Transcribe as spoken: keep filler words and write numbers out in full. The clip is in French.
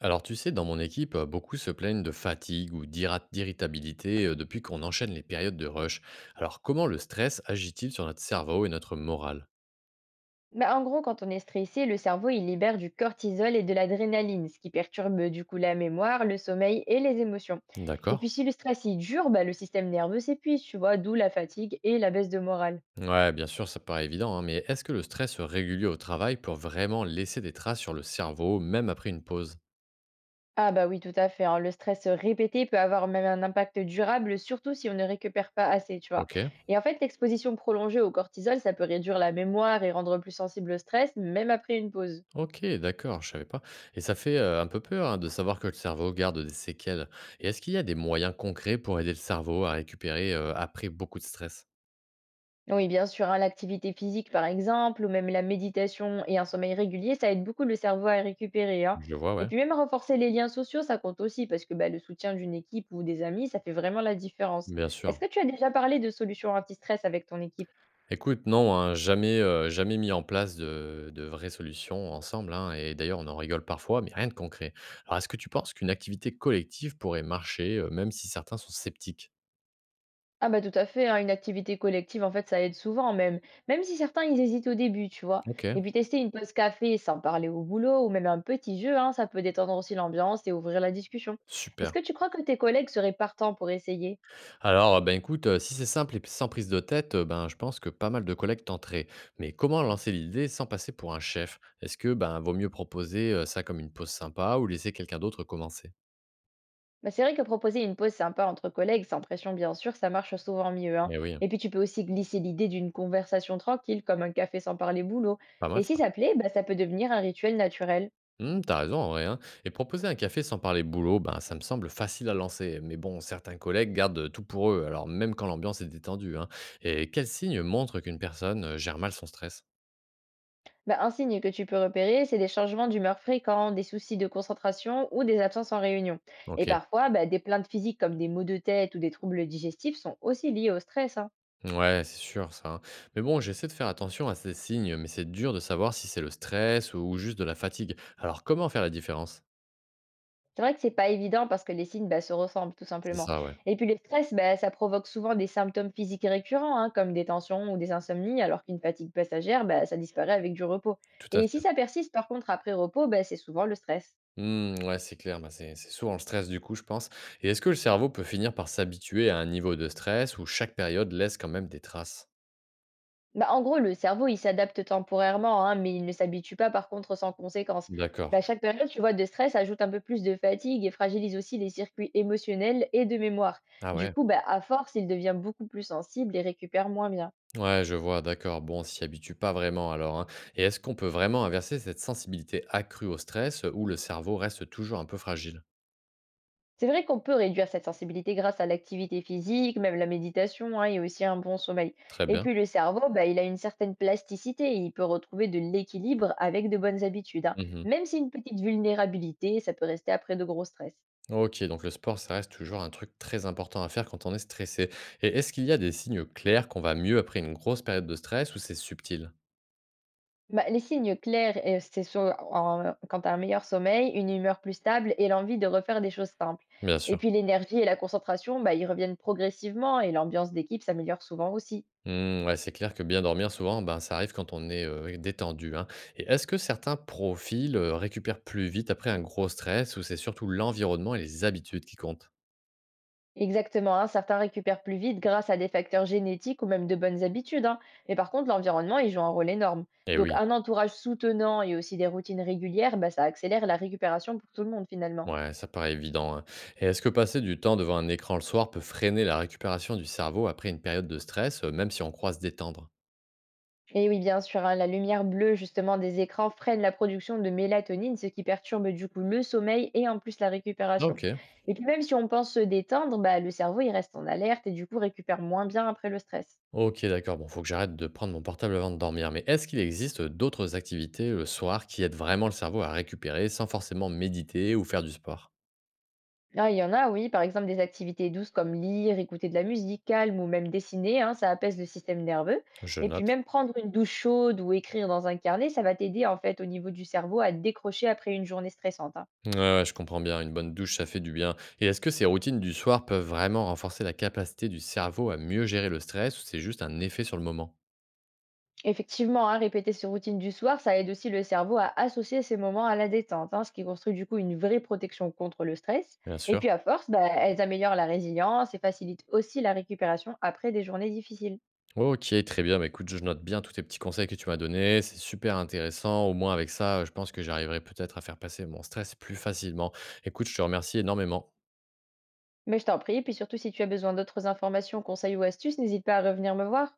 Alors tu sais, dans mon équipe, euh, beaucoup se plaignent de fatigue ou d'irra- d'irritabilité euh, depuis qu'on enchaîne les périodes de rush. Alors comment le stress agit-il sur notre cerveau et notre morale? Bah, en gros, quand on est stressé, le cerveau il libère du cortisol et de l'adrénaline, ce qui perturbe du coup la mémoire, le sommeil et les émotions. Et D'accord. puis si le stress il dure, bah, le système nerveux s'épuise, tu vois, d'où la fatigue et la baisse de morale. Ouais, bien sûr, ça paraît évident, hein, mais est-ce que le stress régulier au travail peut vraiment laisser des traces sur le cerveau, même après une pause? Ah bah oui, tout à fait, hein. Le stress répété peut avoir même un impact durable, surtout si on ne récupère pas assez, tu vois. Ok, Et en fait, l'exposition prolongée au cortisol, ça peut réduire la mémoire et rendre plus sensible au stress, même après une pause. ok, d'accord, je savais pas. Et ça fait euh, un peu peur hein, de savoir que le cerveau garde des séquelles. Et est-ce qu'il y a des moyens concrets pour aider le cerveau à récupérer euh, après beaucoup de stress? Oui, bien sûr, hein, l'activité physique par exemple, ou même la méditation et un sommeil régulier, ça aide beaucoup le cerveau à récupérer, hein. Je vois, Et ouais, puis même renforcer les liens sociaux, ça compte aussi, parce que bah, le soutien d'une équipe ou des amis, ça fait vraiment la différence. bien Est-ce sûr. que tu as déjà parlé de solutions anti-stress avec ton équipe? Écoute, non, hein, jamais, heu, jamais mis en place de de vraies solutions ensemble, hein, et d'ailleurs, on en rigole parfois, mais rien de concret. Alors, est-ce que tu penses qu'une activité collective pourrait marcher, heu, même si certains sont sceptiques? Ah bah tout à fait, hein, une activité collective, en fait, ça aide souvent même. Même si certains, ils hésitent au début, tu vois. OK, Et puis tester une pause café sans parler au boulot, ou même un petit jeu, hein, ça peut détendre aussi l'ambiance et ouvrir la discussion. Est-ce super. que tu crois que tes collègues seraient partants pour essayer? Alors, euh, ben, écoute, heu, si c'est simple et sans prise de tête, heu, ben, je pense que pas mal de collègues tenteraient. Mais comment lancer l'idée sans passer pour un chef? Est-ce que, ben, vaut mieux proposer, heu, ça comme une pause sympa ou laisser quelqu'un d'autre commencer? Bah, c'est vrai que proposer une pause sympa entre collègues, sans pression bien sûr, ça marche souvent mieux, hein. Eh oui, hein, Et puis tu peux aussi glisser l'idée d'une conversation tranquille, comme un café sans parler boulot. pas Et mal si ça. ça plaît, bah, ça peut devenir un rituel naturel. Mmh, t'as raison, en vrai, hein. Et proposer un café sans parler boulot, ben, ça me semble facile à lancer. Mais bon, certains collègues gardent tout pour eux, alors même quand l'ambiance est détendue, hein. Et quel signe montre qu'une personne euh, gère mal son stress? Bah, un signe que tu peux repérer, c'est des changements d'humeur fréquents, des soucis de concentration ou des absences en réunion. Et Ok. parfois, bah, des plaintes physiques comme des maux de tête ou des troubles digestifs sont aussi liés au stress, hein. Ouais, c'est sûr, ça, hein. Mais bon, j'essaie de faire attention à ces signes, mais c'est dur de savoir si c'est le stress ou juste de la fatigue. Alors, comment faire la différence? C'est vrai que c'est pas évident parce que les signes, bah, se ressemblent tout C'est simplement. ça, ouais. Et puis le stress, bah, ça provoque souvent des symptômes physiques récurrents, hein, comme des tensions ou des insomnies, alors qu'une fatigue passagère, bah, ça disparaît avec du repos. Tout à Et si fait. ça persiste par contre après repos, bah, c'est souvent le stress. Mmh, ouais, c'est clair, bah, c'est c'est souvent le stress du coup, je pense. Et est-ce que le cerveau peut finir par s'habituer à un niveau de stress où chaque période laisse quand même des traces? Bah, en gros, le cerveau, il s'adapte temporairement, hein, mais il ne s'habitue pas par contre sans conséquence. D'accord. Bah, chaque période, tu vois, de stress ajoute un peu plus de fatigue et fragilise aussi les circuits émotionnels et de mémoire. Ah Du ouais? coup, bah, à force, il devient beaucoup plus sensible et récupère moins bien. Ouais, je vois, d'accord. Bon, on s'y habitue pas vraiment alors, hein. Et est-ce qu'on peut vraiment inverser cette sensibilité accrue au stress, heu, où le cerveau reste toujours un peu fragile? C'est vrai qu'on peut réduire cette sensibilité grâce à l'activité physique, même la méditation hein, et aussi un bon sommeil. Très Et bien. puis le cerveau, bah, il a une certaine plasticité, il peut retrouver de l'équilibre avec de bonnes habitudes, hein. Mmh. Même si une petite vulnérabilité, ça peut rester après de gros stress. OK, donc le sport, ça reste toujours un truc très important à faire quand on est stressé. Et est-ce qu'il y a des signes clairs qu'on va mieux après une grosse période de stress ou c'est subtil? Bah, les signes clairs, euh, c'est sur- en- quant à un meilleur sommeil, une humeur plus stable et l'envie de refaire des choses simples. Bien Et sûr. puis l'énergie et la concentration, bah, ils reviennent progressivement et l'ambiance d'équipe s'améliore souvent aussi. Mmh, ouais, c'est clair que bien dormir, souvent, ben, ça arrive quand on est, heu, détendu, hein. Et est-ce que certains profils, heu, récupèrent plus vite après un gros stress ou c'est surtout l'environnement et les habitudes qui comptent? Exactement, hein, certains récupèrent plus vite grâce à des facteurs génétiques ou même de bonnes habitudes, hein. Mais par contre, l'environnement, il joue un rôle énorme. Eh Donc, oui, un entourage soutenant et aussi des routines régulières, bah, ça accélère la récupération pour tout le monde finalement. ouais, ça paraît évident, hein. Et est-ce que passer du temps devant un écran le soir peut freiner la récupération du cerveau après une période de stress, heu, même si on croit se détendre? Et oui, bien sûr, hein, la lumière bleue justement des écrans freine la production de mélatonine, ce qui perturbe du coup le sommeil et en plus la Ah, récupération. OK. Et puis même si on pense se détendre, bah, le cerveau il reste en alerte et du coup récupère moins bien après le stress. OK, d'accord, bon, faut que j'arrête de prendre mon portable avant de dormir. Mais est-ce qu'il existe d'autres activités le soir qui aident vraiment le cerveau à récupérer sans forcément méditer ou faire du sport? Ah, il y en a, oui. Par exemple, des activités douces comme lire, écouter de la musique calme ou même dessiner, hein, ça apaise le système nerveux. Je Et puis note. même prendre une douche chaude ou écrire dans un carnet, ça va t'aider en fait au niveau du cerveau à décrocher après une journée stressante, hein. Ouais, ouais, je comprends bien, une bonne douche, ça fait du bien. Et est-ce que ces routines du soir peuvent vraiment renforcer la capacité du cerveau à mieux gérer le stress ou c'est juste un effet sur le moment? Effectivement, hein, répéter ses routines du soir, ça aide aussi le cerveau à associer ces moments à la détente, hein, ce qui construit du coup une vraie protection contre le stress. Bien Et sûr. puis à force, bah, elles améliorent la résilience et facilitent aussi la récupération après des journées difficiles. Ok, très bien. Bah, écoute, je note bien tous tes petits conseils que tu m'as donnés. C'est super intéressant. Au moins, avec ça, je pense que j'arriverai peut-être à faire passer mon stress plus facilement. Écoute, je te remercie énormément. Mais je t'en prie, puis surtout si tu as besoin d'autres informations, conseils ou astuces, n'hésite pas à revenir me voir.